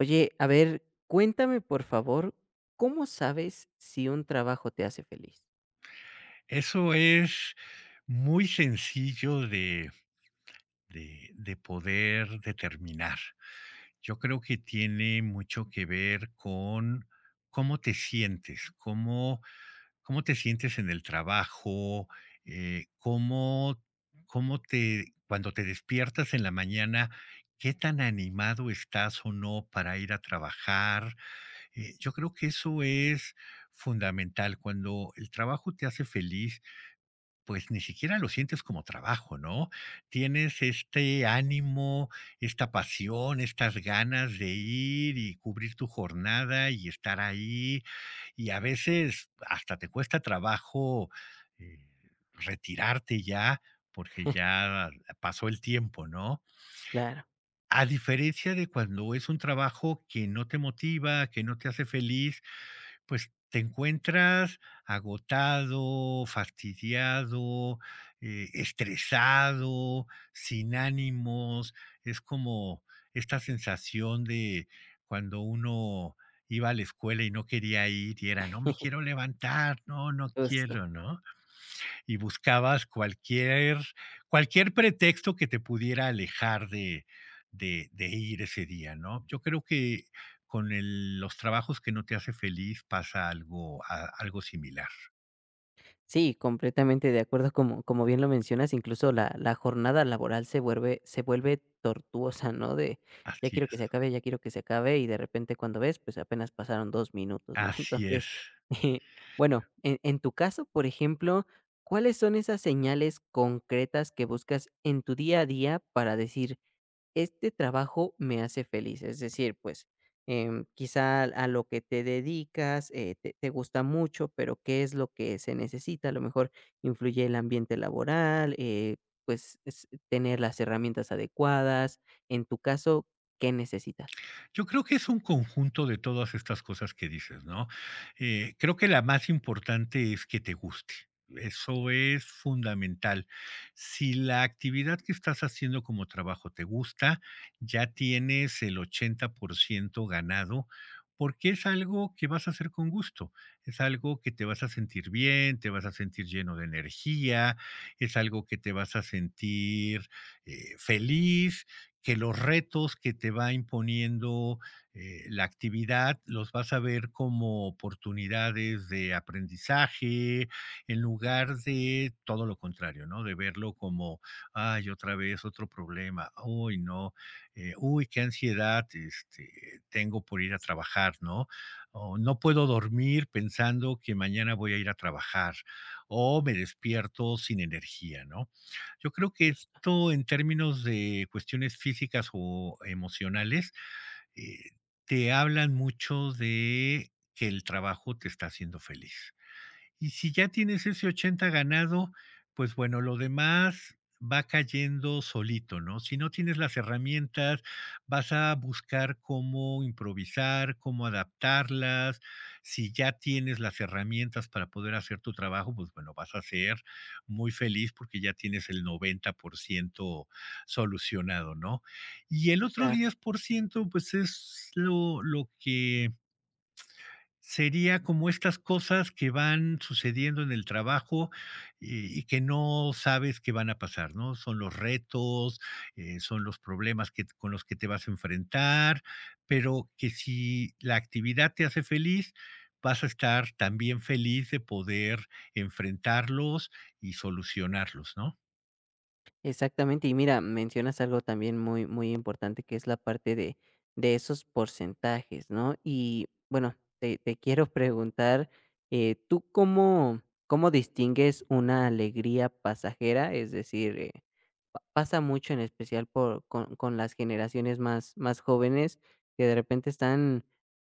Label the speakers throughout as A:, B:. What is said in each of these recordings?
A: Oye, a ver, cuéntame, por favor, ¿cómo sabes si un trabajo te hace feliz?
B: Eso es muy sencillo de poder determinar. Yo creo que tiene mucho que ver con cómo te sientes, cómo te sientes en el trabajo, cómo cómo te cuando te despiertas en la mañana, qué tan animado estás o no para ir a trabajar. Yo creo que eso es fundamental. Cuando el trabajo te hace feliz, pues ni siquiera lo sientes como trabajo, ¿no? Tienes este ánimo, esta pasión, estas ganas de ir y cubrir tu jornada y estar ahí. Y a veces hasta te cuesta trabajo, eh, retirarte ya, porque ya pasó el tiempo, ¿no?
A: Claro.
B: A diferencia de cuando es un trabajo que no te motiva, que no te hace feliz, pues te encuentras agotado, fastidiado, estresado, sin ánimos. Es como esta sensación de cuando uno iba a la escuela y no quería ir y era: "No me quiero levantar, no, no
A: Justo.
B: quiero", ¿no? Y buscabas cualquier pretexto que te pudiera alejar de ir ese día, ¿no? Yo creo que los trabajos que no te hace feliz pasa algo, algo similar.
A: Sí, completamente de acuerdo, como bien lo mencionas, incluso la jornada laboral se vuelve tortuosa, ¿no? De ya
B: Así
A: quiero que
B: es,
A: se acabe, ya quiero que se acabe, y de repente cuando ves, pues apenas pasaron 2 minutos, ¿no?
B: así es.
A: Entonces, bueno, en tu caso, por ejemplo, ¿cuáles son esas señales concretas que buscas en tu día a día para decir: "Este trabajo me hace feliz"? Es decir, pues, quizá a lo que te dedicas, te gusta mucho, pero ¿qué es lo que se necesita? A lo mejor influye el ambiente laboral. Pues, es tener las herramientas adecuadas. En tu caso, ¿qué necesitas?
B: Yo creo que es un conjunto de todas estas cosas que dices, ¿no? Creo que la más importante es que te guste. Eso es fundamental. Si la actividad que estás haciendo como trabajo te gusta, ya tienes el 80% ganado, porque es algo que vas a hacer con gusto, es algo que te vas a sentir bien, te vas a sentir lleno de energía, es algo que te vas a sentir feliz, que los retos que te va imponiendo la actividad los vas a ver como oportunidades de aprendizaje en lugar de todo lo contrario, ¿no? De verlo como: "Ay, otra vez otro problema, uy, no, uy, qué ansiedad este, tengo por ir a trabajar", ¿no? O no puedo dormir pensando que mañana voy a ir a trabajar, o me despierto sin energía, ¿no? Yo creo que
A: Justo.
B: tú, en términos de cuestiones físicas o emocionales, eh, te hablan mucho de que el trabajo te está haciendo feliz. Y si ya tienes ese 80 ganado, pues bueno, lo demás va cayendo solito, ¿no? Si no tienes las herramientas, vas a buscar cómo improvisar, cómo adaptarlas. Si ya tienes las herramientas para poder hacer tu trabajo, pues bueno, vas a ser muy feliz porque ya tienes el 90% solucionado, ¿no? Y el otro 10%, pues es lo que sería como estas cosas que van sucediendo en el trabajo, y que no sabes que van a pasar, ¿no? Son los retos, son los problemas que con los que te vas a enfrentar, pero que si la actividad te hace feliz, vas a estar también feliz de poder enfrentarlos y solucionarlos, ¿no?
A: Exactamente, y mira, mencionas algo también muy, muy importante que es la parte de esos porcentajes, ¿no? Y bueno, te quiero preguntar. ¿Tú cómo distingues una alegría pasajera? Es decir, pasa mucho en especial con las generaciones más, más jóvenes, que de repente están,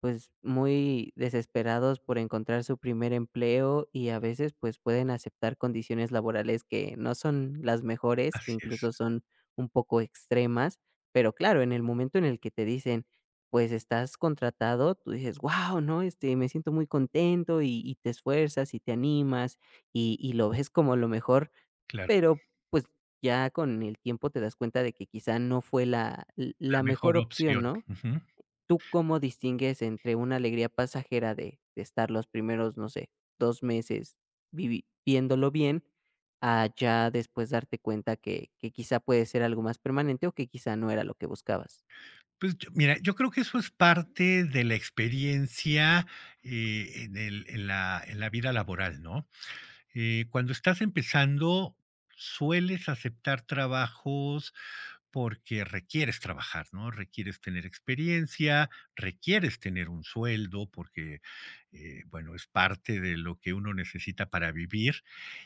A: pues, muy desesperados por encontrar su primer empleo, y a veces, pues, pueden aceptar condiciones laborales que no son las mejores, que
B: Así es,
A: incluso son un poco extremas. Pero claro, en el momento en el que te dicen, pues, estás contratado, tú dices: "Guau, ¿no? Este, me siento muy contento", y te esfuerzas y te animas, y lo ves como lo mejor,
B: claro,
A: pero, pues, ya con el tiempo te das cuenta de que quizá no fue la
B: la
A: la mejor
B: mejor
A: opción,
B: opción.
A: ¿no?
B: Ujú.
A: ¿Tú cómo distingues entre una alegría pasajera de estar los primeros, no sé, 2 meses vivi viéndolo bien, a ya después darte cuenta que quizá puede ser algo más permanente o que quizá no era lo que buscabas?
B: Pues, yo mira, yo creo que eso es parte de la experiencia, en la vida laboral, ¿no? Cuando estás empezando, sueles aceptar trabajos porque requieres trabajar, ¿no? Requieres tener experiencia, requieres tener un sueldo, porque, bueno, es parte de lo que uno necesita para vivir.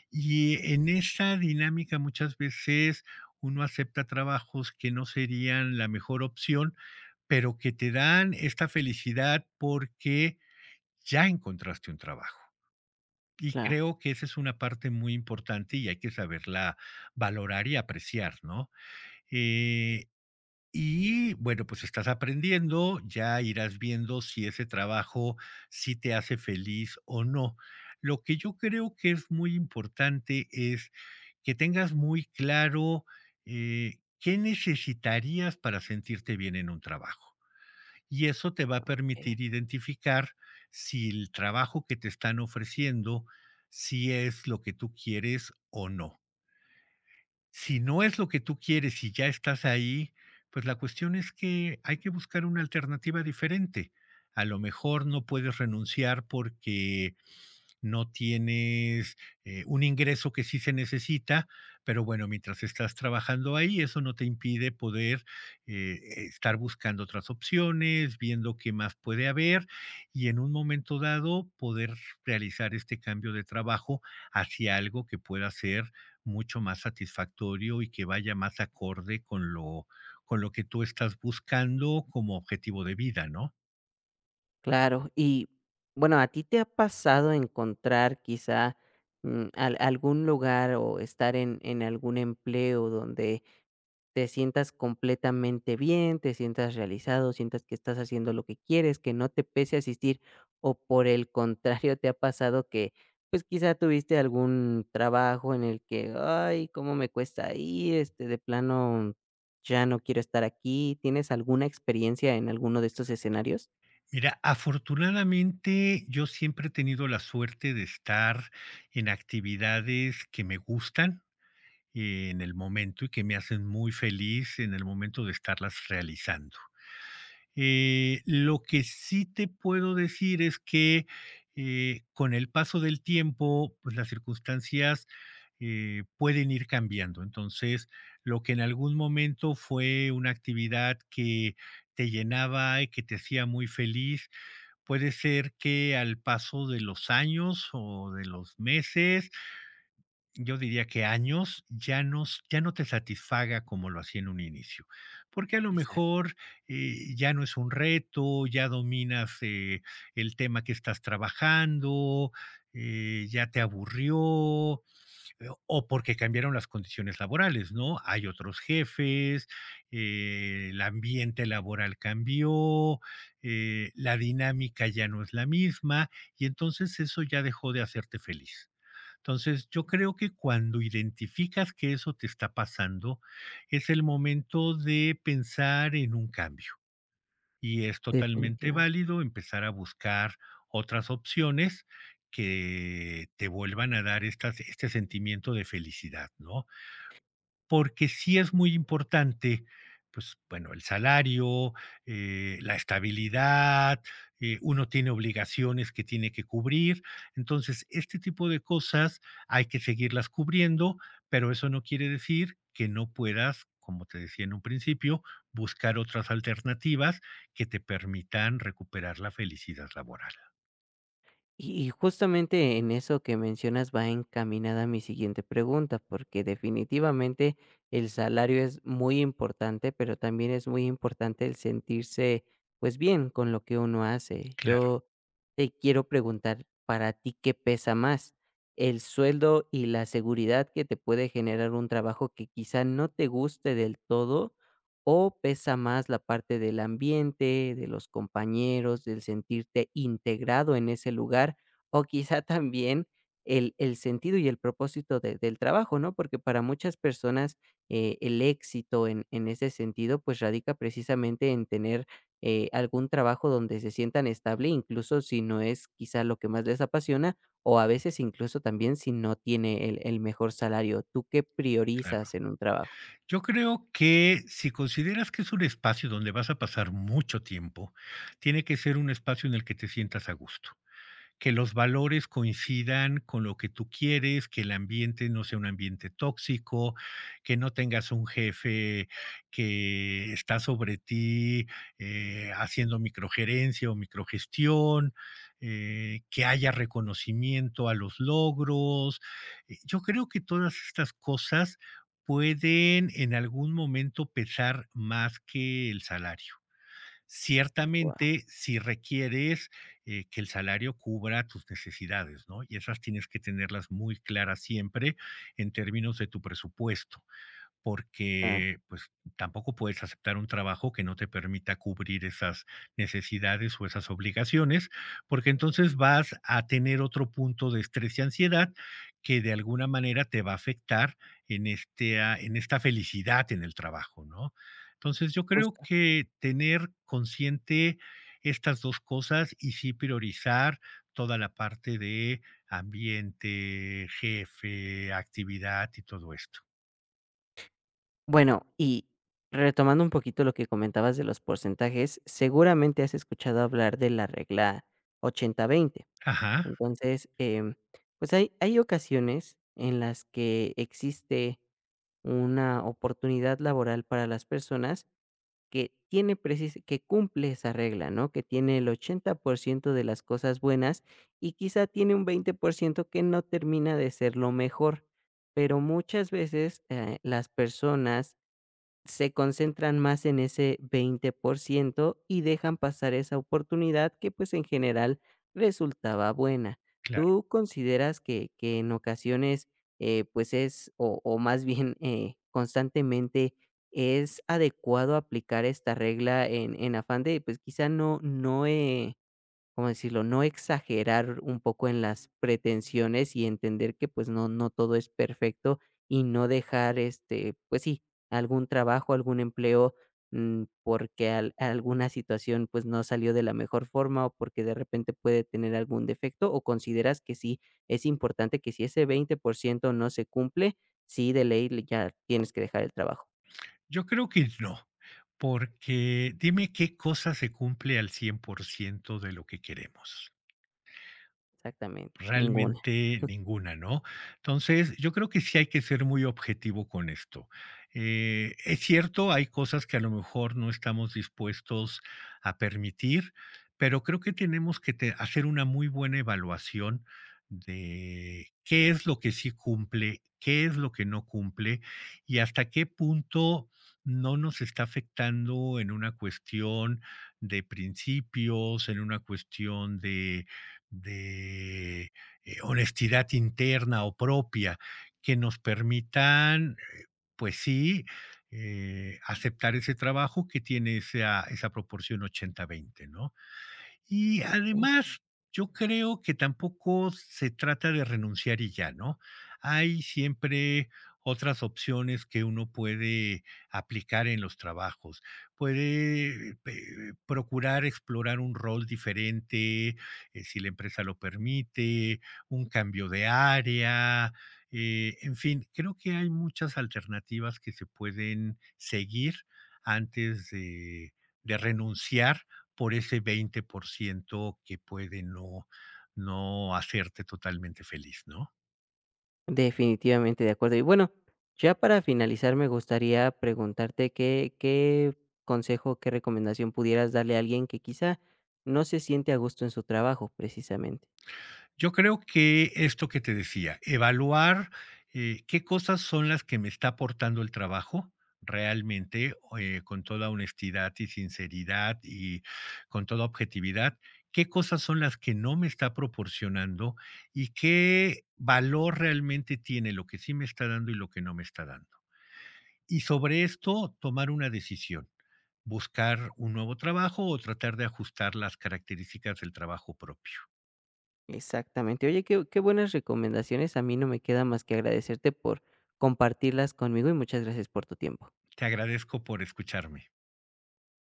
B: Y en esa dinámica muchas veces uno acepta trabajos que no serían la mejor opción, pero que te dan esta felicidad porque ya encontraste un trabajo. Y
A: Claro.
B: creo que esa es una parte muy importante y hay que saberla valorar y apreciar, ¿no? Eh, y bueno, pues estás aprendiendo, ya irás viendo si ese trabajo sí te hace feliz o no. Lo que yo creo que es muy importante es que tengas muy claro qué necesitarías para sentirte bien en un trabajo. Y eso te va a
A: Okey,
B: permitir identificar si el trabajo que te están ofreciendo, si es lo que tú quieres o no. Si no es lo que tú quieres y ya estás ahí, pues la cuestión es que hay que buscar una alternativa diferente. A lo mejor no puedes renunciar porque no tienes un ingreso que sí se necesita, pero bueno, mientras estás trabajando ahí, eso no te impide poder eh, estar buscando otras opciones, viendo qué más puede haber, y en un momento dado poder realizar este cambio de trabajo hacia algo que pueda ser mucho más satisfactorio y que vaya más acorde con lo que tú estás buscando como objetivo de vida, ¿no?
A: claro. Y, bueno, ¿a ti te ha pasado encontrar quizá, al algún lugar o estar en algún empleo donde te sientas completamente bien, te sientas realizado, sientas que estás haciendo lo que quieres, que no te pese asistir? ¿O por el contrario te ha pasado que, pues, quizá tuviste algún trabajo en el que, ay, cómo me cuesta ir, de plano ya no quiero estar aquí? ¿Tienes alguna experiencia en alguno de estos escenarios?
B: Mira, afortunadamente yo siempre he tenido la suerte de estar en actividades que me gustan en el momento, y que me hacen muy feliz en el momento de estarlas realizando. Lo que sí te puedo decir es que con el paso del tiempo, pues las circunstancias pueden ir cambiando. Entonces, lo que en algún momento fue una actividad que te llenaba y que te hacía muy feliz, puede ser que al paso de los años o de los meses, yo diría que años, ya no te satisfaga como lo hacía en un inicio. Porque a lo
A: Exacto.
B: mejor, ya no es un reto, ya dominas, el tema que estás trabajando, ya te aburrió, o porque cambiaron las condiciones laborales, ¿no? Hay otros jefes, el ambiente laboral cambió, la dinámica ya no es la misma, y entonces eso ya dejó de hacerte feliz. Entonces, yo creo que cuando identificas que eso te está pasando, es el momento de pensar en un cambio. Y es totalmente
A: Definitivamente.
B: válido empezar a buscar otras opciones que te vuelvan a dar estas este sentimiento de felicidad, ¿no? Porque sí es muy importante, pues bueno, el salario, la estabilidad, uno tiene obligaciones que tiene que cubrir. Entonces, este tipo de cosas hay que seguirlas cubriendo, pero eso no quiere decir que no puedas, como te decía en un principio, buscar otras alternativas que te permitan recuperar la felicidad laboral.
A: Y justamente en eso que mencionas va encaminada mi siguiente pregunta, porque definitivamente el salario es muy importante, pero también es muy importante el sentirse, pues, bien con lo que uno hace.
B: Claro,
A: Yo te quiero preguntar, para ti, ¿qué pesa más? ¿El sueldo y la seguridad que te puede generar un trabajo que quizá no te guste del todo? ¿O pesa más la parte del ambiente, de los compañeros, del sentirte integrado en ese lugar? O quizá también el sentido y el propósito de del trabajo, ¿no? Porque para muchas personas, el éxito en ese sentido, pues, radica precisamente en tener, algún trabajo donde se sientan estable, incluso si no es quizá lo que más les apasiona, o a veces incluso también si no tiene el mejor salario. ¿Tú qué
B: claro.
A: priorizas en un trabajo?
B: Yo creo que si consideras que es un espacio donde vas a pasar mucho tiempo, tiene que ser un espacio en el que te sientas a gusto, que los valores coincidan con lo que tú quieres, que el ambiente no sea un ambiente tóxico, que no tengas un jefe que está sobre ti haciendo microgerencia o microgestión, que haya reconocimiento a los logros. Yo creo que todas estas cosas pueden en algún momento pesar más que el salario,
A: Guau,
B: ciertamente si requieres que el salario cubra tus necesidades, ¿no? Y esas tienes que tenerlas muy claras siempre en términos de tu presupuesto,
A: claro.
B: porque pues tampoco puedes aceptar un trabajo que no te permita cubrir esas necesidades o esas obligaciones, porque entonces vas a tener otro punto de estrés y ansiedad que de alguna manera te va a afectar en esta felicidad en el trabajo, ¿no? Entonces yo creo que tener consciente estas dos cosas y sí priorizar toda la parte de ambiente, jefe, actividad y todo esto.
A: Bueno, y retomando un poquito lo que comentabas de los porcentajes, seguramente has escuchado hablar de la regla 80-20.
B: Ajá.
A: Entonces, pues hay ocasiones en las que existe una oportunidad laboral para las personas que cumple esa regla, ¿no? Que tiene el 80% de las cosas buenas y quizá tiene un 20% que no termina de ser lo mejor, pero muchas veces las personas se concentran más en ese 20% y dejan pasar esa oportunidad que, pues, en general resultaba buena.
B: Claro,
A: ¿Tú consideras que en ocasiones, pues, es o más bien, constantemente es adecuado aplicar esta regla en afán de, pues, quizá no, ¿cómo decirlo? No exagerar un poco en las pretensiones y entender que, pues, no, no todo es perfecto, y no dejar, pues, sí, algún trabajo, algún empleo, porque, alguna situación, pues, no salió de la mejor forma, o porque de repente puede tener algún defecto. ¿O consideras que sí es importante que si ese 20% no se cumple, sí de ley ya tienes que dejar el trabajo?
B: yo creo que no, porque dime qué cosa se cumple al 100% de lo que queremos.
A: Exactamente, ninguna.
B: Realmente ninguna, ¿no? Entonces, yo creo que sí hay que ser muy objetivo con esto. Es cierto, hay cosas que a lo mejor no estamos dispuestos a permitir, pero creo que tenemos que hacer una muy buena evaluación de qué es lo que sí cumple, qué es lo que no cumple, y hasta qué punto no nos está afectando en una cuestión de principios, en una cuestión de honestidad interna o propia, que nos permitan, pues sí, aceptar ese trabajo que tiene esa proporción 80/20, ¿no? Y
A: ¿No?
B: además, yo creo que tampoco se trata de renunciar y ya, ¿no? Hay siempre otras opciones que uno puede aplicar en los trabajos. Puede procurar explorar un rol diferente, si la empresa lo permite, un cambio de área, en fin, creo que hay muchas alternativas que se pueden seguir antes de renunciar por ese 20% que puede no hacerte totalmente feliz, ¿no?
A: Definitivamente, de acuerdo. Y bueno, ya para finalizar, me gustaría preguntarte qué consejo, qué recomendación pudieras darle a alguien que quizá no se siente a gusto en su trabajo, precisamente.
B: Yo creo que esto que te decía, evaluar qué cosas son las que me está aportando el trabajo realmente, con toda honestidad y sinceridad, y con toda objetividad, qué cosas son las que no me está proporcionando, y qué valor realmente tiene lo que sí me está dando y lo que no me está dando. Y sobre esto, tomar una decisión: buscar un nuevo trabajo o tratar de ajustar las características del trabajo propio.
A: Exactamente. Oye, qué buenas recomendaciones. A mí no me queda más que agradecerte por compartirlas conmigo y muchas gracias por tu tiempo.
B: Te agradezco por escucharme.